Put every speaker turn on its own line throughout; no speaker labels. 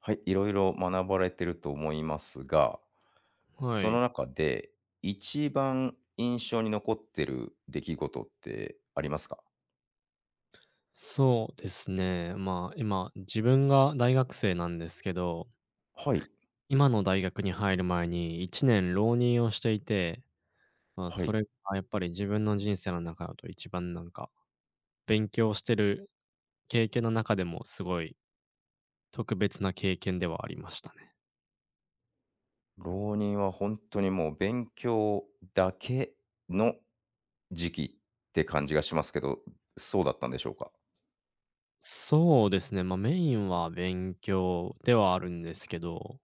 はい、いろいろ学ばれてると思いますが、
は
その
い。
中で一番印象に残ってる出来事ってありますか？
そうですね。今、自分が大学生なんですけど、
はい、
今の大学に入る前に1年浪人をしていて、
は
そ
い。
れがやっぱり自分の人生の中だと一番勉強してる経験の中でもすごい特別な経験ではありましたね。
浪人は本当にもう勉強だけの時期って感じがしますけど、そうだったんでしょうか？
そうですね、メインは勉強ではあるんですけど、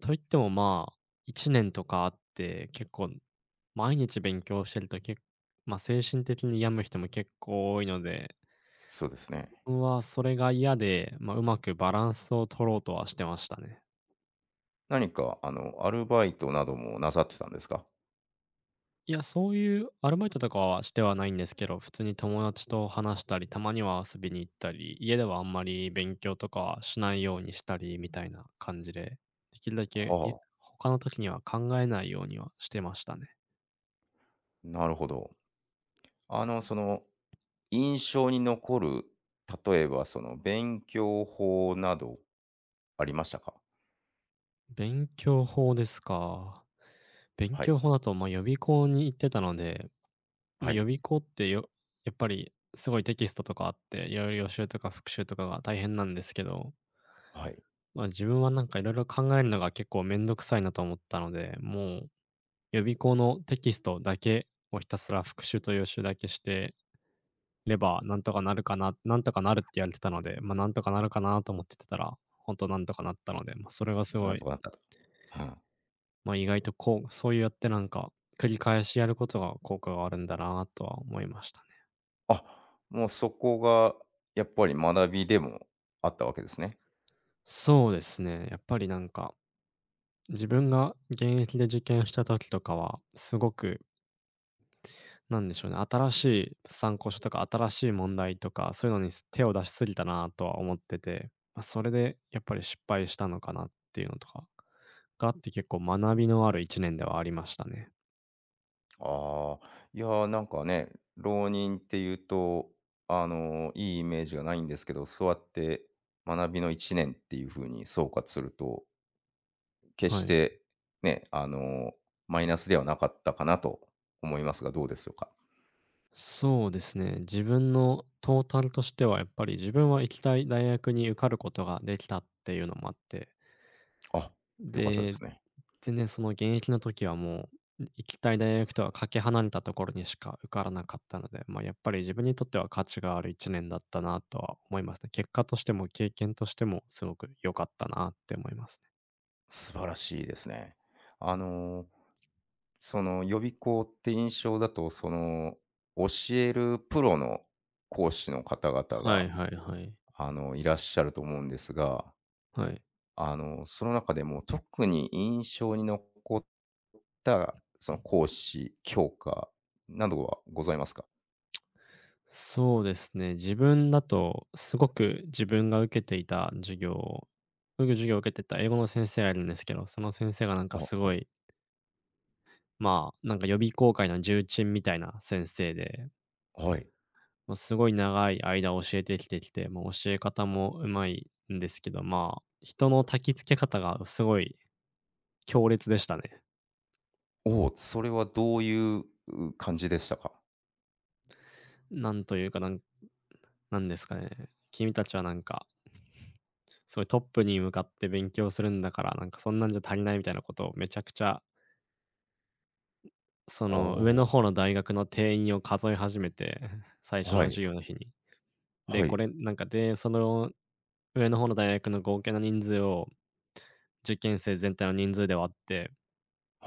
といっても、1年とかあって、結構毎日勉強してると結構、け精神的に病む人も結構多いので、
そうですね。
僕はそれが嫌で、うまくバランスを取ろうとはしてましたね。
何かアルバイトなどもなさってたんですか？
いや、そういうアルバイトとかはしてはないんですけど、普通に友達と話したり、たまには遊びに行ったり、家ではあんまり勉強とかはしないようにしたりみたいな感じで、できるだけ、い
はあ、
他の時には考えないようにはしてましたね。
なるほど。その印象に残る、例えばその勉強法などありましたか？
勉強法ですか。勉
はい、
強法だと、予備校に行ってたので、ま
は
あ、予
い、
備校ってよやっぱりすごいテキストとかあって、いろいろ予習とか復習とかが大変なんですけど、
はい。
自分はいろいろ考えるのが結構めんどくさいなと思ったので、もう予備校のテキストだけをひたすら復習と予習だけしてれば、なんとかなるかななんとかなるって言われてたので、なんとかなるかなと思っててたら、ほんとなんとかなったので、ま、それがす
な
ご
ん
い、
とかなったと。うん。
ま、意外とこうそうやって繰り返しやることが効果があるんだなとは思いましたね。
あ、もうそこがやっぱり学びでもあったわけですね。
そうですね、やっぱり自分が現役で受験した時とかは、すごくなんでしょうね、新しい参考書とか、新しい問題とか、そういうのに手を出しすぎたなとは思ってて、それでやっぱり失敗したのかなっていうのとかがあって、結構学びのある1年ではありましたね。
ああ、いやー、なんかね、浪人っていうと、いいイメージがないんですけど、そうやって学びの1年っていう風に総括すると、決し
はい。
てね、マイナスではなかったかなと思いますが、どうでしょうか？
そうですね、自分のトータルとしてはやっぱり自分は行きたい大学に受かることができたっていうのもあって、
あ、良かったで
で、
すね。
全然その現役の時はもう、行きたい大学とはかけ離れたところにしか受からなかったので、やっぱり自分にとっては価値がある1年だったなとは思いますね。結果としても経験としてもすごく良かったなって思いますね。
素晴らしいですね。あの、その予備校って印象だと、教えるプロの講師の方々
は
が、
いはいはい。
いらっしゃると思うんですが、
はい。
その中でも特に印象に残ったその講師、教科などはございますか？
そうですね、自分だとすごく自分が受けていた授業よく授業を受けてた英語の先生がいるんですけど、その先生がなん
あ、
かす
は
ご
い。
い、予備校界の重鎮みたいな先生で、
はい。
もうすごい長い間教えてきて、もう教え方もうまいんですけど、人の焚き付け方がすごい強烈でしたね。
おお、それはどういうう感じでしたか？
なんというか、なんですかね。君たちはなんか、そいうトップに向かって勉強するんだから、なんかそんなんじゃ足りないみたいなことをめちゃくちゃ、そ
お
の上の
お
方の大学の定員を数え始めて、最初
ー、は
の
い、
授業の日に。
は
で、こ
い、
れなんかで、その上の方の大学の合計の人数を受験生全体の人数で割って、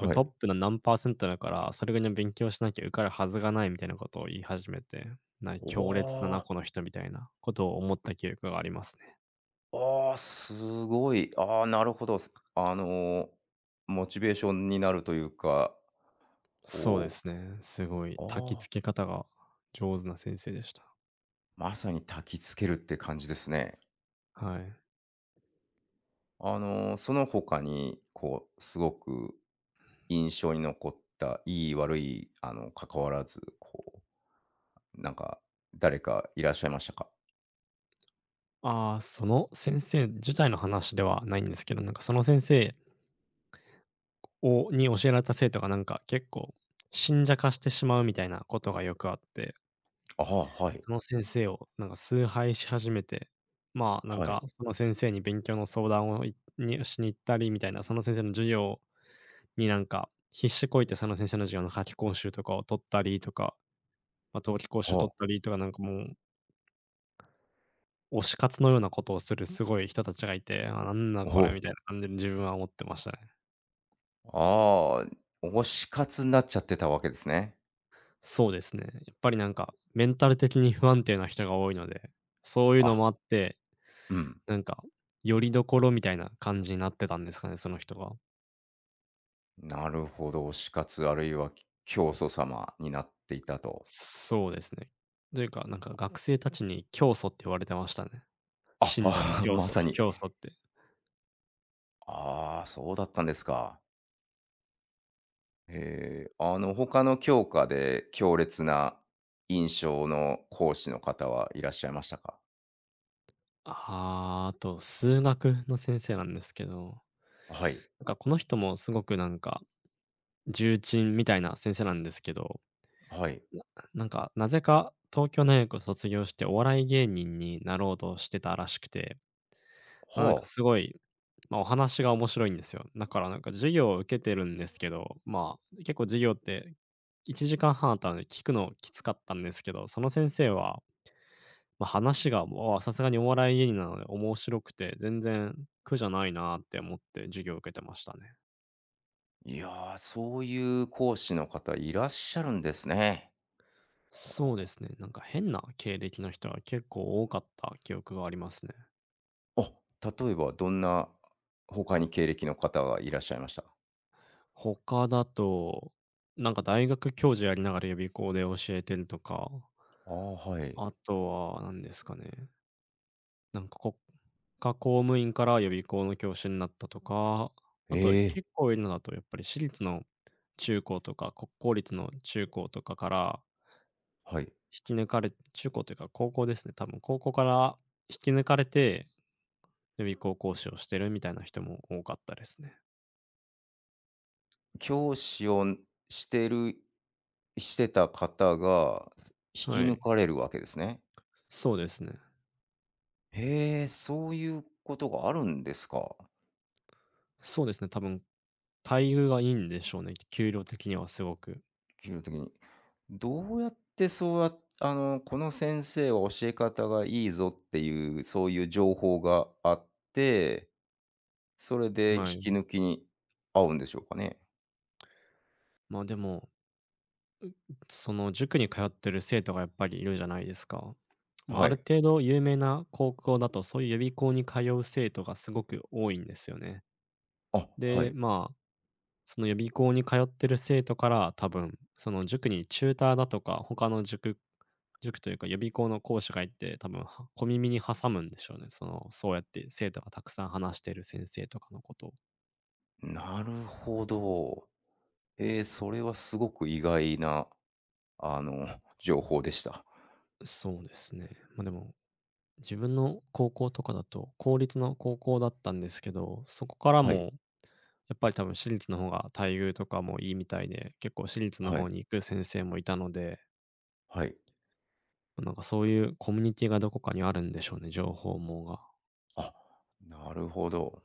これトッ
い。
プの何パーセントだから、それぐらいの勉強しなきゃ受かるはずがないみたいなことを言い始めて、
お
強烈だな、
お。
この人みたいなことを思った記憶がありますね。
ああ、すごい。ああ、なるほど。すあの、モチベーションになるというか、
そうで
こ
す
う、
ね。すごい
あ
焚き
あ、
付け方が上手な先生でした。
まさに焚きつけるって感じですね。
はい。
その他に、こう、すごく印象に残った、いい悪い、関わらず、こう、なんか、誰かいらっしゃいましたか？
ああ、その先生自体の話ではないんですけど、なんかその先生に教えられた生徒がなんか結構信者化してしまうみたいなことがよくあって。
ああ、はい。
その先生をなんか崇拝し始めて、
はい。
その先生に勉強の相談をしに行ったりみたいな、その先生の授業になんか必死こいてその先生の授業の夏期講習とかを取ったりとか、冬期講習
は
取
あ。
ったりとか、なんかもう推し活のようなことをするすごい人たちがいて、あ、なんだ
お
これ
お。
みたいな感じで自分は思ってましたね。
ああー、推し活になっちゃってたわけですね。
そうですね。やっぱりなんかメンタル的に不安定な人が多いので、そういうの
あ、
もあって、
うん。
なんかより所みたいな感じになってたんですかね、その人が。
なるほど、推し活あるいは教祖様になっていたと。
そうですね。というか、なんか学生たちに教祖って言われてましたね。
あ、
信者と
あ
教
ま
祖
さに。
教祖って。
ああ、そうだったんですか。ええ、他の教科で強烈な印象の講師の方はいらっしゃいましたか？
あーあと数学の先生なんですけど、
はい、
なんかこの人もすごくなんか重鎮みたいな先生なんですけど、
はい。
ななんかなぜか東京大学を卒業してお笑い芸人になろうとしてたらしくて、なんか
は
す
あ。
ごいお話が面白いんですよ。だからなんか授業を受けてるんですけど、結構授業って1時間半あったので、聞くのきつかったんですけど、その先生は、話がもうさすがにお笑い芸人なので面白くて、全然苦じゃないなって思って授業を受けてましたね。
いやー、そういう講師の方いらっしゃるんですね。
そうですね、なんか変な経歴の人が結構多かった記憶がありますね。
あ、例えばどんな他に経歴の方がいらっしゃいました？
他だと、なんか大学教授やりながら予備校で教えてるとか、
ああー、はい。
あとは何ですかね。なんか国家公務員から予備校の教師になったとか、
え
あと
え、
結構いるのだとやっぱり私立の中高とか、国公立の中高とかから
はい。
引き抜かれ中高というか高校ですね、多分高校から引き抜かれて、予備校講師をしてるみたいな人も多かったですね。
教師をしてるしてた方が、引き
は
抜
い。
かれるわけですね。
そうですね。
へえ、そういうことがあるんですか。
そうですね、多分待遇がいいんでしょうね、給料的にはすごく。
給料的に。どうやってそうやっあの、この先生は教え方がいいぞっていう、そういう情報があって、それで引
はい。
き抜きに合うんでしょうかね？
まあ、でもその塾に通ってる生徒がやっぱりいるじゃないですか。まあ、
は
ある
い。
程度有名な高校だと、そういう予備校に通う生徒がすごく多いんですよね。
あ、は
で、
い。
まあ、その予備校に通ってる生徒から多分、その塾にチューターだとか、他の塾、塾というか予備校の講師がいて、多分は小耳に挟むんでしょうね。その、そうやって生徒がたくさん話している先生とかのことを。
なるほど。ええ、それはすごく意外な、あの、情報でした。
そうですね。まあでも、自分の高校とかだと、公立の高校だったんですけど、そこから
はい。
もやっぱり多分私立の方が待遇とかもいいみたいで、結構私立の
はい、
方に行く先生もいたので、
はい。
なんかそういうコミュニティがどこかにあるんでしょうね、情報網が。
あ、なるほど。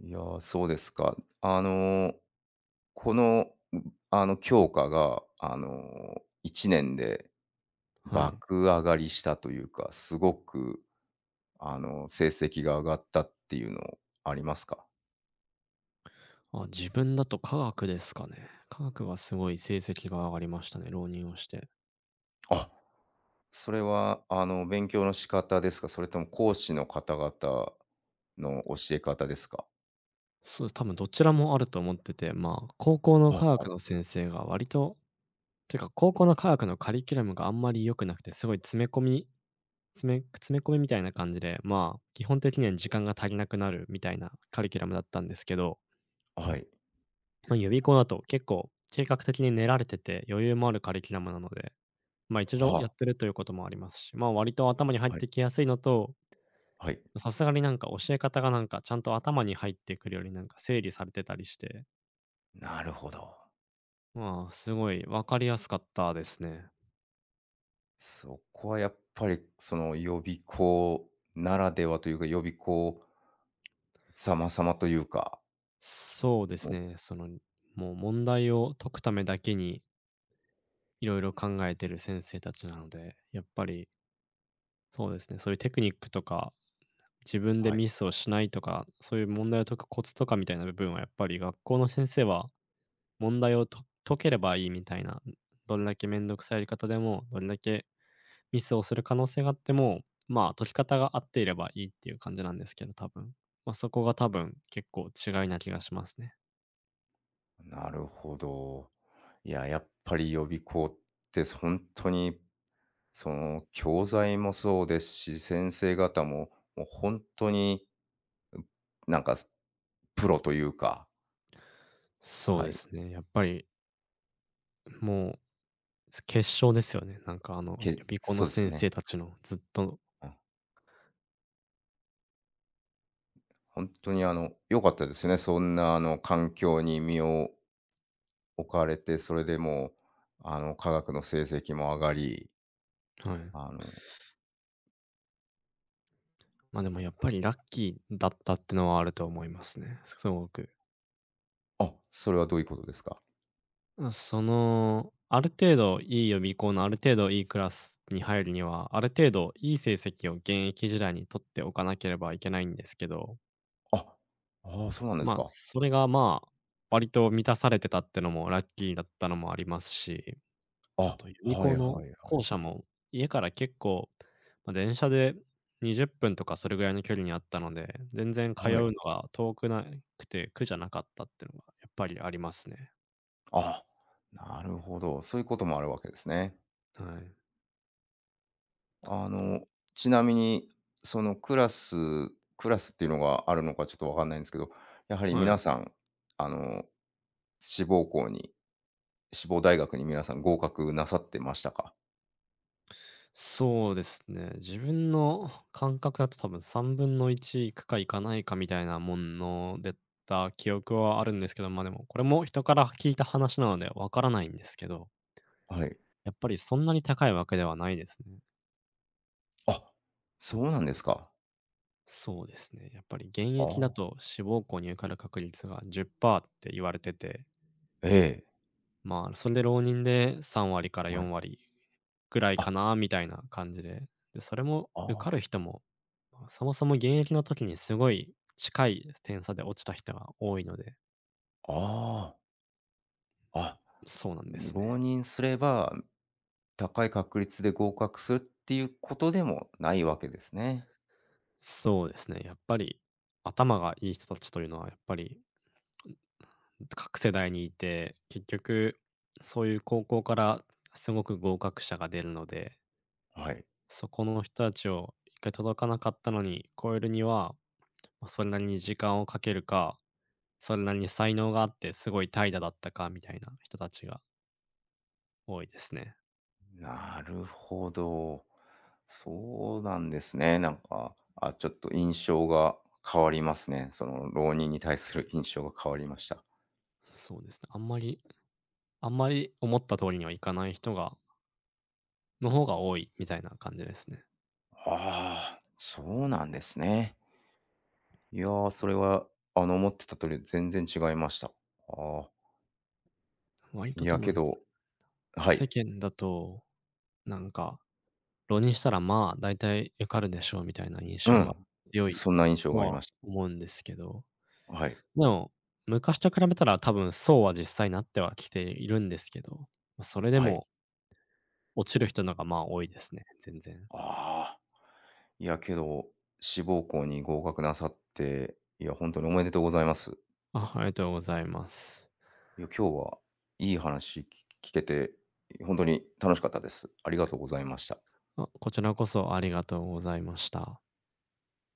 いやー、そうですか。この、教科が、1年で
はい。
爆上がりしたというか、すごく、成績が上がったっていうのありますか？
あ、自分だと科学ですかね。科学はすごい成績が上がりましたね、浪人をして。
あ、それは、勉強の仕方ですか？それとも講師の方々の教え方ですか？
そうです、多分どちらもあると思ってて、まあ、高校の科
あ、
学の先生が割と、てか高校の科学のカリキュラムがあんまり良くなくて、すごい詰め込みみたいな感じで、まあ、基本的には時間が足りなくなるみたいなカリキュラムだったんですけど、
はい。
まあ、予備校だと結構計画的に練られてて、余裕もあるカリキュラムなので、ま、一度や
は
ってるということもありますし、ま、割と頭に入っ
はい、
てきやすいのと、
はい。
さすがになんか教え方がなんかちゃんと頭に入ってくるよりなんか整理されてたりして、
なるほど。
まあ、すごい分かりやすかったですね。
そこはやっぱり、その予備校ならではというか、予備校様々というか、
そうで
もう
すね、その、もう問題を解くためだけにいろいろ考えてる先生たちなので、やっぱりそうですね、そういうテクニックとか、自分で
はい。
ミスをしないとか、そういう問題を解くコツとかみたいな部分はやっぱり学校の先生は、問題をと解ければいいみたいな、どれだけめんどくさいやり方でも、どれだけミスをする可能性があっても、まあ、解き方が合っていればいいっていう感じなんですけど、多分。ま、そこが多分、結構違いな気がしますね。
なるほど。いや、やっぱり予備校って本当に、その教材もそうですし、先生方も、もう本当に、うなんか、プロというか、
そう
は
で
い、
すね、やっぱり、もう、決勝ですよね。なんかあの、
け
予備校の
そうですよ
先
ね。
生たちのずっと。
うん。にあの、良かったですね。そんなあの環境に身を置かれて、それでもう、科学の成績も上がり、
はい。
あの
ま、あでもやっぱりラッキーだったってのはあると思いますね、すごく。
あ、それはどういうことですか？
まあその、ある程度いい予備校のある程度いいクラスに入るには、ある程度いい成績を現役時代に取っておかなければいけないんですけど、
あ、ああ、そうなんです
まあ、
か。
それが、まあ、割と満たされてたってのもラッキーだったのもありますし、
あ、
あと、ユニ
はいは
コ
い
の
はい。
校舎も、家から結構、ま、電車で20分とかそれぐらいの距離にあったので、全然通う
はい。
のが遠くなくて苦じゃなかったってのがやっぱりありますね。
あ、なるほど、そういうこともあるわけですね。
はい。
あの、ちなみに、そのクラスっていうのがあるのかちょっとわかんないんですけど、やはり
は
皆
い。
さん、あの、志望校に志望大学に皆さん合格なさってましたか？
そうですね。自分の感覚だと多分3分の1行くか行かないかみたいなものでた記憶はあるんですけど、ま、でもこれも人から聞いた話なのでわからないんですけど、
はい。
やっぱりそんなに高いわけではないですね。
あ、そうなんですか。
そうですね。やっぱり現
あ
役だ
あ、
と志望校に受かる確率が10%っパーセントって言われてて、
ええ。
まあ、それで浪人で3割から
はい。
4割ぐらい
あ、
かなみたいな感じで、で、それも受か
あ
る人も、まあ、そもそも現役の時にすごい近い点差で落ちた人が多いので、
あ、ああ、あ、
そうなんです
浪
ね。
人すれば高い確率で合格するっていうことでもないわけですね。
そうですね。やっぱり頭がいい人たちというのはやっぱり各世代にいて、結局そういう高校からすごく合格者が出るので、
はい。
そこの人たちを一回届かなかったのに超えるには、ま、それなりに時間をかけるか、それなりに才能があってすごい怠惰だったかみたいな人たちが多いですね。
なるほど。そうなんですね。なんか、あ、ちょっと印象が変わりますね。その浪人に対する印象が変わりました。
そうですね。あんまり思った通りにはいかない人の方が多いみたいな感じですね。
ああ、そうなんですね。いやー、それは、思ってた通り全然違いました。ああ、
割
い
と
や
多
け
分、
ど、は
世
い。
間だと、なんか、浪人したら、まあ、大体受かるでしょうみたいな印
う
象が
ん。
強い
そんな印象
と
があり
は
まし
思うんですけど。
た。はい。
でも、昔と比べたら多分そうは実際なってはきているんですけど、ま、それで
はい。
も落ちる人のが、まあ、多いですね、全然。
ああ、いや、けど、志望校に合格なさって、いや、本当におめでとうございます。
あ、ありがとうございます。
いや、今日はいい話聞けて、本当に楽しかったです。ありがとうございました。
あ、こちらこそありがとうございました。